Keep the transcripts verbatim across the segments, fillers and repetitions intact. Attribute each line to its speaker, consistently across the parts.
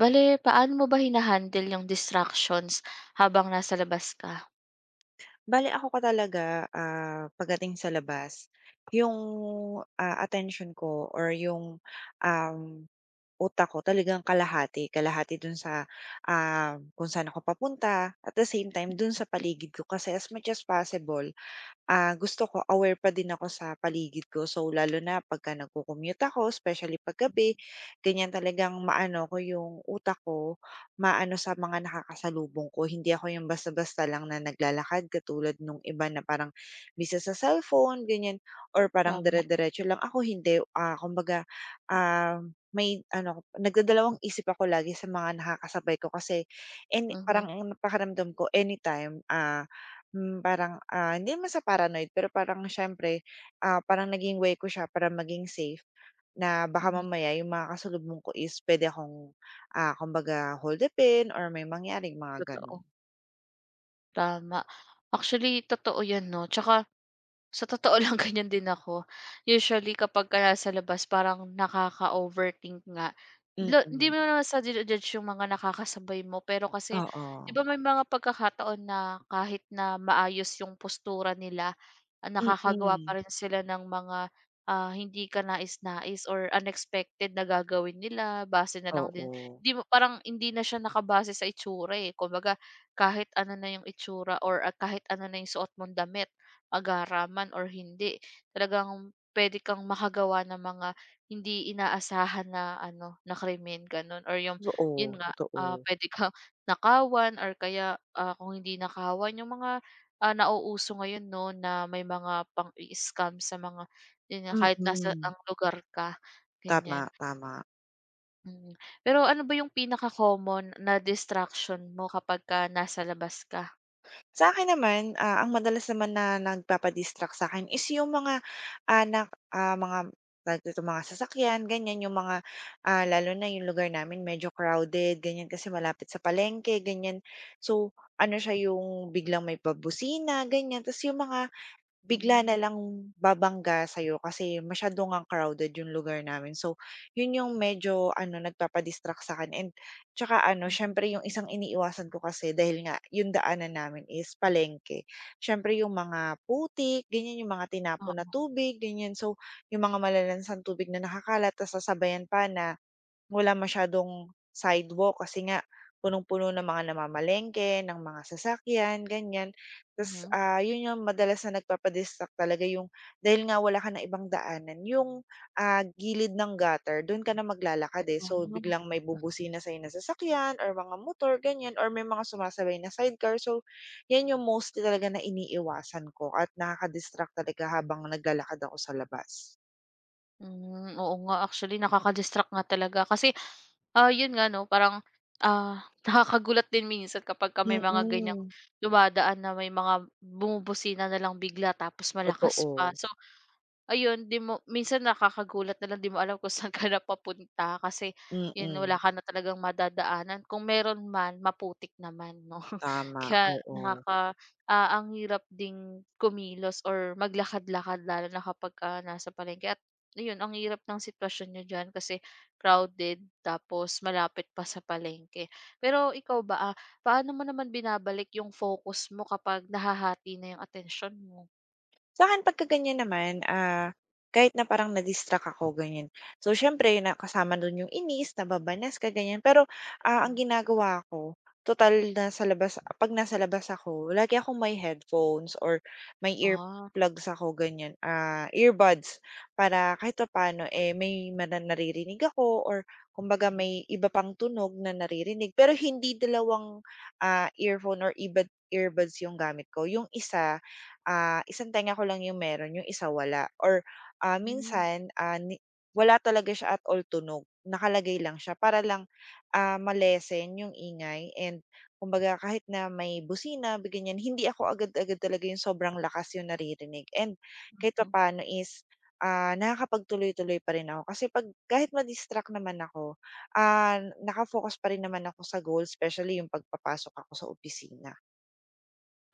Speaker 1: Bale, paano mo ba hinahandle yung distractions habang nasa labas ka?
Speaker 2: Bale ako ka talaga, ah, pagdating sa labas, yung, ah, atensyon ko or yung, um, utak ko talagang kalahati, kalahati dun sa, ah, kung saan ako papunta, at the same time dun sa paligid ko. Kasi as much as possible Ah, gusto ko aware pa din ako sa paligid ko. So, lalo na pagka nagko-commute ako, especially 'pag gabi, ganyan talagang maano ko yung utak ko, maano sa mga nakakasalubong ko. Hindi ako yung basta-basta lang na naglalakad katulad nung iba na parang busy sa cellphone, ganyan, or parang
Speaker 1: Tama.
Speaker 2: dire-diretso lang. Ako hindi, ah, kumbaga, ah, may ano, nagdadalawang isip ako lagi sa mga nakakasabay ko kasi any parang
Speaker 1: Mhm,
Speaker 2: ang pakaramdam ko anytime, ah, Hmm, parang, ah, hindi naman sa paranoid pero parang siyempre, ah, parang naging way ko siya para maging safe na baka
Speaker 1: mhm,
Speaker 2: mamaya yung mga kasalubong ko is puwede akong, ah, kumbaga holdupin or may mangyaring mga gano'n.
Speaker 1: totoo, tama. Actually, totoo 'yan 'no, 'tsaka sa totoo lang ganyan din ako. Usually kapag kapagka nasa labas parang nakaka-overthink nga. La hindi
Speaker 2: Mm,
Speaker 1: mo naman sa judge yung mga nakakasabay mo, pero kasi 'di
Speaker 2: oo.
Speaker 1: ba may mga pagkakataon na kahit na maayos yung postura nila, ah, nakakagawa
Speaker 2: Mm,
Speaker 1: pa rin sila ng mga, ah, hindi kanais-nais or unexpected na gagawin nila base na lang din.
Speaker 2: oo.
Speaker 1: 'Di mo parang hindi na siya nakabase sa itsura, eh. Kumbaga kahit ano na yung itsura or, ah, kahit ano na yung suot mong damit, agaraman or hindi, talagang puwede kang makagawa ng mga hindi inaasahan na ano, na krimen gano'n or yung
Speaker 2: Totoo,
Speaker 1: yun nga, ah,
Speaker 2: totoo.
Speaker 1: puwede kang nakawan or kaya, ah, kung hindi nakawan yung mga, ah, nauuso ngayon 'no na may mga pang scam sa mga yun nga kahit nasa
Speaker 2: Mm,
Speaker 1: ang lugar ka,
Speaker 2: tama,
Speaker 1: ganyan.
Speaker 2: tama.
Speaker 1: Mm, pero ano ba yung pinaka-common na distraction mo kapag kapagka nasa labas ka?
Speaker 2: Sa akin naman, ah, ang madalas naman na nagpapa-distract sa'kin is yung mga, anak ah, mga tawag dito, mga sasakyan ganyan, yung mga, ah, lalo na yung lugar namin medyo crowded ganyan kasi malapit sa palengke ganyan. So ano siya, yung biglang may pabusina ganyan, ta's yung mga bigla
Speaker 1: Hmm.
Speaker 2: na lang babangga sa'yo kasi masyado ngang crowded yung lugar namin. So, yun yung medyo ano, nagpapa-distract sa'kin and tsaka ano,
Speaker 1: Mhm.
Speaker 2: siyempre yung isang iniiwasan ko kasi dahil nga yung daanan namin is palengke. Siyempre yung mga putik, ganyan, yung mga tinapon na
Speaker 1: Oo,
Speaker 2: tubig, ganyan. So, yung mga malalansang tubig na nakakalat tas sasabayan pa na wala masyadong sidewalk kasi nga punong-puno ng mga namamalengke, ng mga sasakyan, ganyan. Ta's,
Speaker 1: mhm,
Speaker 2: ah, 'yun yung madalas na nagpapa talaga yung dahil nga wala ka ng ibang daanan, yung, ah, gilid ng gutter do'n ka na maglalakad, eh. So,
Speaker 1: ah.
Speaker 2: biglang may bubusina sa'yo na sasakyan or mga motor, ganyan or may mga sumasabay na sidecar. So, 'yan yung mostly talaga na iniiwasan ko at nakaka talaga habang naglalakad ako sa labas.
Speaker 1: Hmm, oo nga actually nakaka-distract nga talaga kasi, ah, 'yun nga 'no parang, ah, nakakagulat din minsan kapag ka may
Speaker 2: Mm,
Speaker 1: mga ganiyang
Speaker 2: mm,
Speaker 1: dumadaan na may mga bumubusina na lang bigla tapos malakas pa.
Speaker 2: totoo.
Speaker 1: So ayun, 'di mo minsan nakakagulat na lang, 'di mo alam kung saan ka na papunta kasi 'yun wala
Speaker 2: Mm.
Speaker 1: ka na talagang madadaanan, kung meron man maputik naman 'no.
Speaker 2: Tama,
Speaker 1: Kaya
Speaker 2: oo.
Speaker 1: nakaka ah, ang hirap ding kumilos or maglakad-lakad lalo na kapag ka nasa palengke at yun, ang hirap ng sitwasyon niyo diyan kasi crowded tapos malapit pa sa palengke. Pero ikaw ba, ah, paano mo naman binabalik yung focus mo kapag nahahati na yung attention mo?
Speaker 2: Sa'kin pagka ganyan naman, ah, kahit na parang na-distract ako ganyan, so siyempre na kasama dun yung inis, nababanas ka ganyan. Pero, ah, ang
Speaker 1: Hmm,
Speaker 2: ginagawa ko, total na sa labas 'pag nasa labas ako lagi akong may headphones or may
Speaker 1: ah,
Speaker 2: earplugs ako ganyan, ah, earbuds para kahit pa papaano, eh, may mana naririnig ako or kumbaga may iba pang tunog na naririnig. Pero hindi dalawang, ah, earphone or earbud earbuds yung gamit ko, yung isa ah, isang tenga ko lang yung meron, yung isa wala or, ah,
Speaker 1: mm.
Speaker 2: minsan, ah, ni wala talaga siya at all tunog, nakalagay lang siya para lang, ah, ma yung ingay and kumbaga kahit na may busina ganyan, hindi ako agad-agad talaga yung sobrang lakas yung naririnig and kahit pa
Speaker 1: Hmm,
Speaker 2: papaano is, ah, nakakapagtuloy-tuloy pa rin ako kasi 'pag kahit ma-distract naman ako, ah, naka-focus pa rin naman ako sa goal, especially yung pagpapasok ako sa opisina.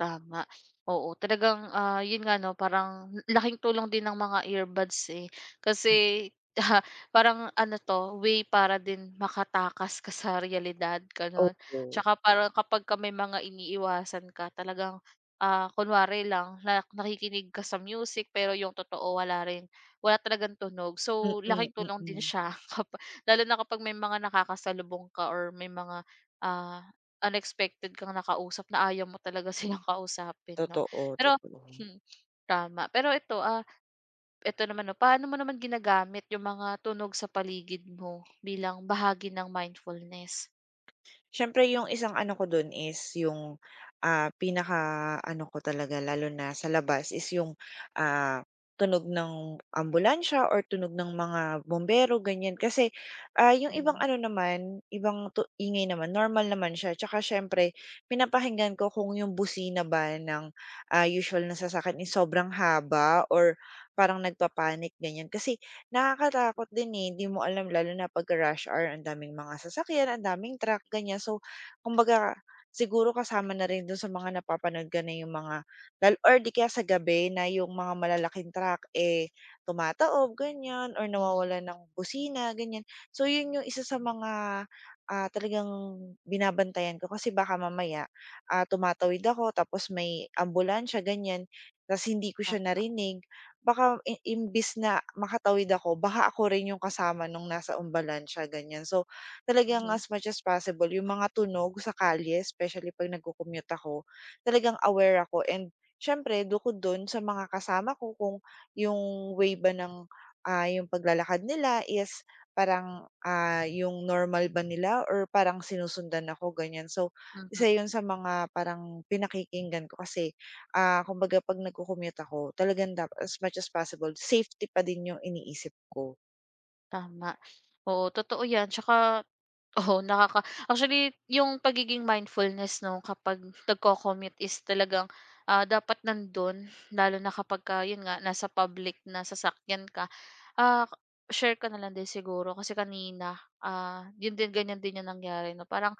Speaker 1: tama. Oo, talagang, ah, yun nga 'no, parang laking tulong din ng mga earbuds, eh. Kasi ah, parang ano 'to, way para din makatakas ka sa realidad, gano'n.
Speaker 2: Oo,
Speaker 1: Tsaka parang kapagka may mga iniiwasan ka talagang, ah, kunwari lang na nakikinig ka sa music pero yung totoo wala rin, wala talagang tunog.
Speaker 2: mm,
Speaker 1: So, laking
Speaker 2: mm,
Speaker 1: tulong din
Speaker 2: mm.
Speaker 1: siya kapa lalo na kapag may mga nakakasalubong ka or may mga, ah unexpected kang nakausap na ayaw mo talaga silang kausapin 'no.
Speaker 2: Totoo,
Speaker 1: Pero
Speaker 2: totoo.
Speaker 1: hmm, tama. Pero ito, ah, ito naman 'no, paano mo naman ginagamit yung mga tunog sa paligid mo bilang bahagi ng mindfulness?
Speaker 2: Siyempre yung isang ano ko dun is yung, ah, pinaka-ano ko talaga lalo na sa labas is yung, ah, tunog ng ambulansya or tunog ng mga bombero ganyan. Kasi, ah, yung ibang
Speaker 1: Mhm,
Speaker 2: ano naman, ibang tu ingay naman normal naman siya tsaka siyempre pinapakinggan ko kung yung busina ba ng, ah, usual na sasakyan is sobrang haba or parang nagpa-panic ganyan. Kasi nakakatakot din, eh, hindi mo alam lalo na pagka rush hour ang daming mga sasakyan, ang daming truck, ganyan. So, kumbaga siguro kasama na rin dun sa mga napapanood ko na yung mga lal or di kaya sa gabi na yung mga malalaking truck, eh, tumataob ganyan or
Speaker 1: mhm.
Speaker 2: nawawala ng busina, ganyan. So, yun yung isa sa mga, ah, talagang binabantayan ko kasi baka mamaya, ah, tumatawid ako tapos may ambulansya ganyan, ta's hindi ko
Speaker 1: Ah,
Speaker 2: siya narinig. Baka i imbis na makatawid ako baka ako rin yung kasama nung nasa ambalansya ganyan. So, talagang
Speaker 1: mhm,
Speaker 2: as much as possible yung mga tunog sa kalye especially 'pag nagco-commute ako, talagang aware ako and siyempre bukod dun sa mga kasama ko kung yung way ba ng, ah, yung paglalakad nila is parang, ah, yung normal ba nila or parang sinusundan ako ganyan. So, isa
Speaker 1: mhm.
Speaker 2: yun sa mga parang pinakikinggan ko kasi ah, kumbaga 'pag nagco-commute ako talagang dap as much as possible safety pa din yung iniisip ko.
Speaker 1: Tama. Oo, totoo 'yan. Tsaka oo, nakaka actually, yung pagiging mindfulness 'no, kapag nagco-commute is talagang, ah, dapat nando'n. Lalo na kapagka yun nga, nasa public na sasakyan ka. Ah, share ka na lang din siguro kasi kanina, ah, yun din, ganyan din yung nangyari 'no. Parang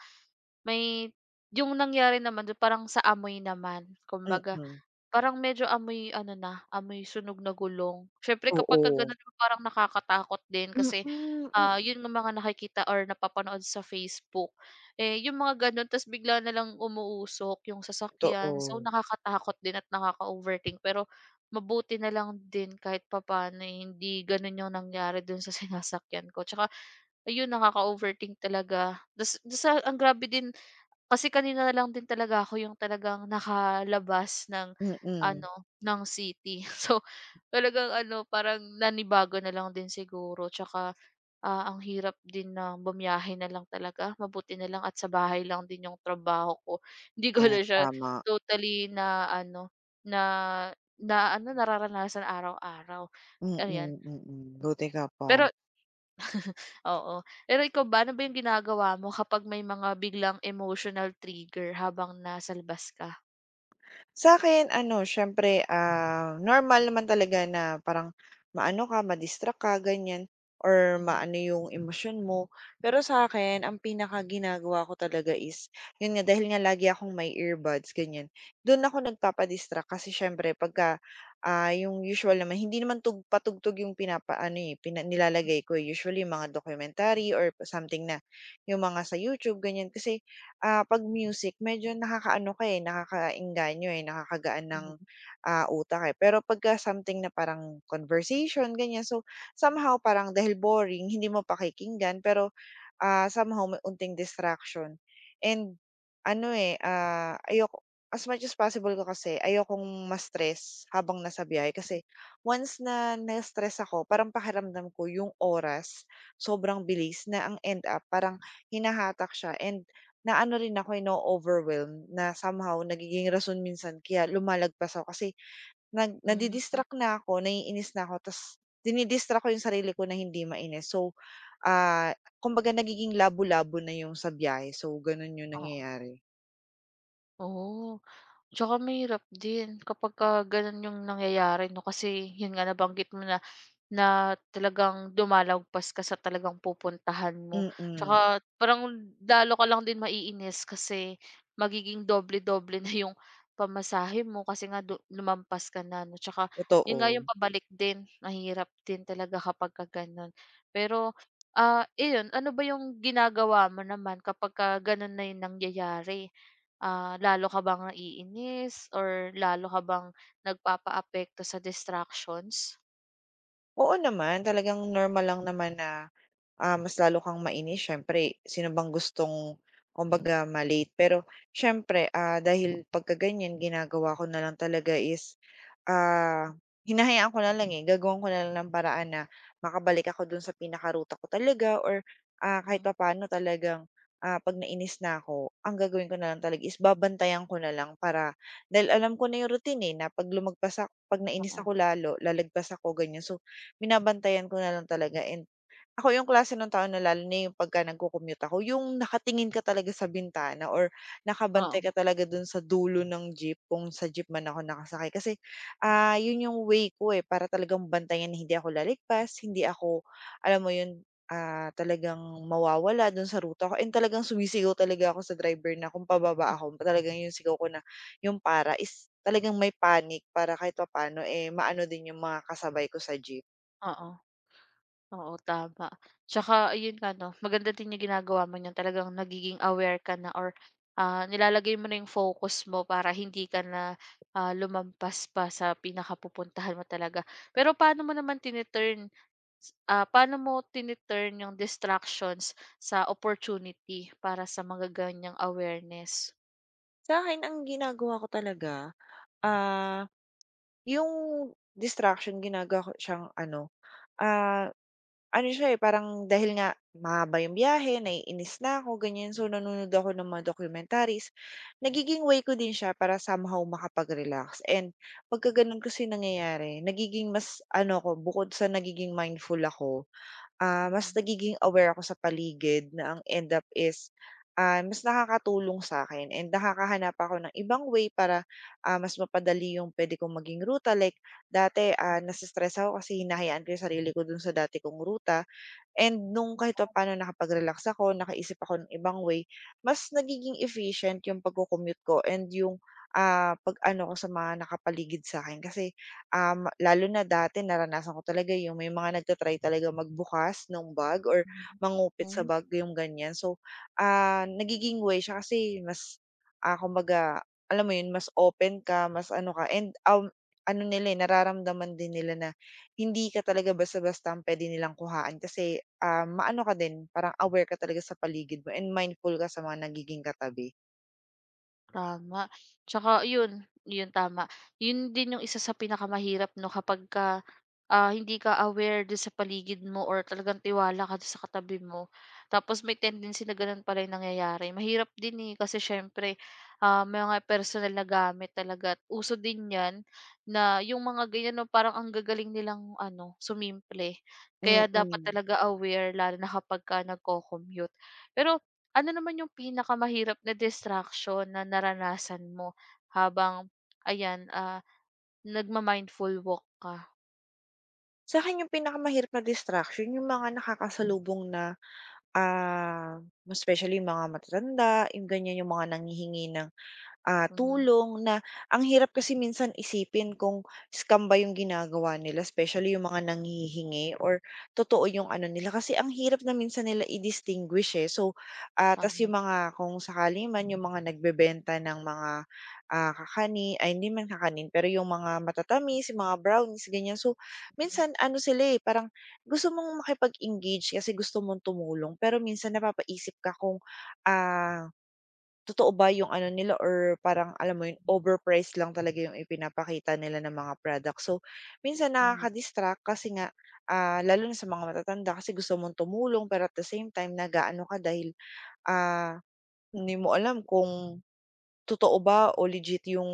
Speaker 1: may yung nangyari naman dun parang sa amoy naman kumbaga.
Speaker 2: Mm,
Speaker 1: Parang medyo amoy ano na, amoy sunog na gulong. Siyempre kapagka
Speaker 2: oo.
Speaker 1: gano'n parang nakakatakot din
Speaker 2: Mm,
Speaker 1: kasi,
Speaker 2: m
Speaker 1: ah, 'yun ang mga nakikita or napapanood sa Facebook. Eh, 'yung mga gano'n ta's bigla na lang umuusok 'yung sasakyan, so
Speaker 2: totoo.
Speaker 1: nakakatakot din at nakaka-overthink pero mabuti na lang din kahit papaano, eh, hindi gano'n 'yung nangyari do'n sa sinasakyan ko. Tsaka ayun nakaka-overthink talaga. Ta's ta's ang grabe din kasi kanina na lang din talaga ako yung talagang nakalabas ng
Speaker 2: Mm,
Speaker 1: ano, ng city. So, talagang ano, parang nanibago na lang din siguro tsaka, ah, ang hirap din na bumiyahe na lang talaga. Mabuti na lang at sa bahay lang din yung trabaho ko. Hindi ko
Speaker 2: ayan
Speaker 1: na siya
Speaker 2: tama.
Speaker 1: totally na ano, na na ano, nararanasan araw-araw,
Speaker 2: Mm,
Speaker 1: ayan.
Speaker 2: mm, mm. Buti
Speaker 1: Mm.
Speaker 2: ka pa.
Speaker 1: Pero oo. Pero ikaw ba, ano ba yung ginagawa mo kapag may mga biglang emotional trigger habang nasa labas ka?
Speaker 2: Sa'kin ano siyempre, ah, normal naman talaga na parang maano ka, ma-distract ka ganyan or
Speaker 1: Mhm,
Speaker 2: maano yung emosyon mo. Pero sa'kin ang pinakaginagawa ko talaga is yun nga dahil nga lagi akong may earbuds ganyan, dun ako nagpapa-distract kasi siyempre pagka, ah, yung usual naman hindi naman tug patugtog yung pinapaano, eh, pina nilalagay ko, eh, usually mga documentary or something na yung mga sa YouTube ganyan. Kasi ah, 'pag music medyo nakakaano ka, eh, nakakaengganyo, eh, nakakagaan ng,
Speaker 1: mhm,
Speaker 2: ah, utak, eh. Pero pagka something na parang conversation, ganyan, so somehow parang dahil boring hindi mo pakikinggan pero ah, somehow may unting distraction and ano, eh, ah, ayoko as much as possible ko kasi ayokong ma-stress habang nasa biyahe kasi once na na-stress ako parang pakiramdam ko yung oras sobrang bilis na ang end up parang hinahatak siya and naano rin ako, eh, na overwhelm na somehow nagiging rason minsan kaya lumalagpas ako kasi nag
Speaker 1: mhm.
Speaker 2: nadi-distract na ako, naiinis na ako ta's dini ko yung sarili ko na hindi mainis. So Ah, kumbaga nagiging labo-labo na yung sa biyahe so ganun yung
Speaker 1: Oo.
Speaker 2: nangyayari.
Speaker 1: Oh, tsaka mahirap din kapagka gano'n yung nangyayari 'no, kasi yun nga nabanggit mo na na talagang lumalagpas ka sa talagang pupuntahan mo.
Speaker 2: Mm,
Speaker 1: Tsaka parang lalo ka lang din maiinis kasi magiging doble-doble na yung pamasahe mo kasi nga du lumampas ka na 'no. Tsaka yun nga
Speaker 2: totoo.
Speaker 1: yung pabalik din, mahirap din talaga kapagka gano'n. Pero, ah, iyon, ano ba yung ginagawa mo naman kapagka gano'n na yung nangyayari? Ah, lalo ka bang naiinis or lalo ka bang nagpapaapekto sa distractions?
Speaker 2: Oo naman talagang normal lang naman na ah, mas lalo kang mainis siyempre sino bang gustong kumbaga ma. Pero siyempre, ah, dahil pagka ganyan ginagawa ko na lang talaga is, ah, hinahayaan ko na lang, eh, gagawan ko na lang ng paraan na makabalik ako dun sa pinakaruta ko talaga or, ah, kahit
Speaker 1: Mhm,
Speaker 2: pa papaano talagang, ah, 'pag nainis na ako, ang gagawin ko na lang talaga is babantayan ko na lang para dahil alam ko na yung routine, eh, na 'pag lumagpas ak 'pag nainis
Speaker 1: oo.
Speaker 2: ako lalo, lalagpas ako ganyan. So, binabantayan ko na lang talaga and ako yung klase ng tao na lalo na yung pagka nagco-commute ako, yung nakatingin ka talaga sa bintana or nakabantay
Speaker 1: Oo,
Speaker 2: ka talaga dun sa dulo ng jeep kung sa jeep man ako nakasakay. Kasi, ah, yun yung way ko, eh, para talagang bantayan na hindi ako laligtas, hindi ako alam mo yun, ah, talagang mawawala dun sa ruta ko and talagang sumisigaw talaga ako sa driver na kung pababa ako, talagang yung sigaw ko na yung para is talagang may panic para kahit papaano, eh, maano din yung mga kasabay ko sa jeep.
Speaker 1: oo, oo tama. Tsaka ayun nga 'no, maganda din yung ginagawa mo niyan talagang nagiging aware ka na or, ah, nilalagay mo na yung focus mo para hindi ka na, ah, lumampas pa sa pinakapupuntahan mo talaga. Pero paano mo naman tini-turn, s- ah, paano mo tini yung distractions sa opportunity para sa mga ganyang awareness?
Speaker 2: Sa akin ang ginagawa ko talaga Ah, yung distraction ginagawa ko siyang ano, ah, ano siya, eh, parang dahil nga mahaba yung biyahe, naiinis na ako, ganyan. So, nanonood ako ng mga documentaries. Nagiging way ko din siya para somehow makapag-relax. And pagka ganun kasi nangyayari, nagiging mas ano ko, bukod sa nagiging mindful ako ah, mas
Speaker 1: Mhm.
Speaker 2: nagiging aware ako sa paligid na ang end up is, ah, mas nakakatulong sa akin, and nakakahanap ako ng ibang way para, ah, mas mapadali yung puwede kong maging ruta. Like dati, ah, nase ako kasi hinahayaan ko yung sarili ko dun sa dati kong ruta. And nung kahit pa papaano nakapag-relax ako, nakaisip ako ng ibang way, mas nagiging efficient yung pagko-commute ko and yung, ah, pag-ano ko sa mga nakapaligid sa akin. Kasi, um, lalo na dati naranasan ko talaga yung may mga nagta talaga talagang magbukas ng bag or
Speaker 1: Hmm.
Speaker 2: mangupit sa
Speaker 1: Hmm.
Speaker 2: bag, yung ganyan. So, ah, nagiging way siya kasi mas, ah, kumbaga alam mo yun, mas open ka, mas ano ka and, um, ano nila, eh, nararamdaman din nila na hindi ka talaga basta-basta ang puwede nilang kuhaan kasi, ah, maano ka din, parang aware ka talaga sa paligid mo and mindful ka sa mga nagiging katabi.
Speaker 1: Tama, tsaka yun, yun tama. Yun din yung isa sa pinakamahirap 'no kapagka, ah, hindi ka aware dun sa paligid mo or talagang tiwala ka dun sa katabi mo. Tapos may tendency na ganun pala yung nangyayari. Mahirap din, eh, kasi siyempre, ah, may mga personal na gamit talaga at uso din 'yan na yung mga ganyan 'no parang ang gagaling nilang ano, sumimple. Kaya dapat
Speaker 2: Mm.
Speaker 1: talaga aware lalo na kapagka nagco-commute. Pero ano naman yung pinakamahirap na distraction na naranasan mo habang ayan, ah, nagma-mindful walk ka?
Speaker 2: Sa'kin yung pinakamahirap na distraction yung mga nakakasalubong na, ah, most especially yung mga matatanda, yung ganiyan, yung mga nanghihingi ng Ah,
Speaker 1: Mhm,
Speaker 2: tulong na ang hirap kasi minsan isipin kung scam ba yung ginagawa nila especially yung mga nanghihingi or totoo yung ano nila kasi ang hirap na minsan nila i-distinguish, eh. So, ah, tas
Speaker 1: tama.
Speaker 2: yung mga kung sakali man yung mga nagbebenta ng mga, ah, kakani ay hindi man kakanin pero yung mga matatamis, yung mga brownies ganyan. So,
Speaker 1: Mhm,
Speaker 2: minsan ano sila, eh, parang gusto mong makipag-engage kasi gusto mong tumulong pero minsan napapaisip ka kung, ah Totoo ba yung ano nila or parang alam mo yun, overpriced lang talaga yung ipinapakita nila ng mga product. So, minsan
Speaker 1: mhm,
Speaker 2: nakaka-distract kasi nga, ah, lalo na sa mga matatanda kasi gusto mong tumulong pero at the same time nag-aano ka dahil, ah, hindi mo alam kung totoo ba o legit yung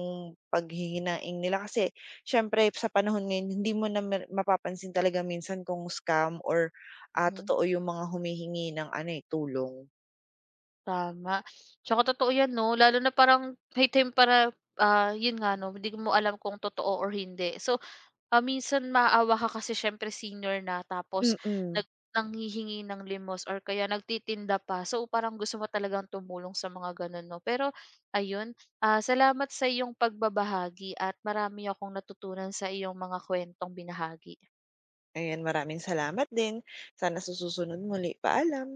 Speaker 2: paghihinaing nila. Kasi siyempre sa panahon ngayon hindi mo na mer mapapansin talaga minsan kung scam or, ah,
Speaker 1: mhm,
Speaker 2: totoo yung mga humihingi ng ano, eh, tulong.
Speaker 1: tama. Tsaka totoo 'yan 'no, lalo na parang may time para, ah, 'yun nga 'no, hindi mo alam kung totoo or hindi. So ah, minsan maawa ka kasi siyempre senior na tapos
Speaker 2: Mm.
Speaker 1: nag nanghihingi ng limos or kaya nagtitinda pa. So, parang gusto mo talagang tumulong sa mga ganun, 'no? Pero ayun, ah, salamat sa iyong pagbabahagi at marami akong natutunan sa iyong mga kuwentong binahagi.
Speaker 2: Ayan, maraming salamat din. Sana sa susunod muli, paalam.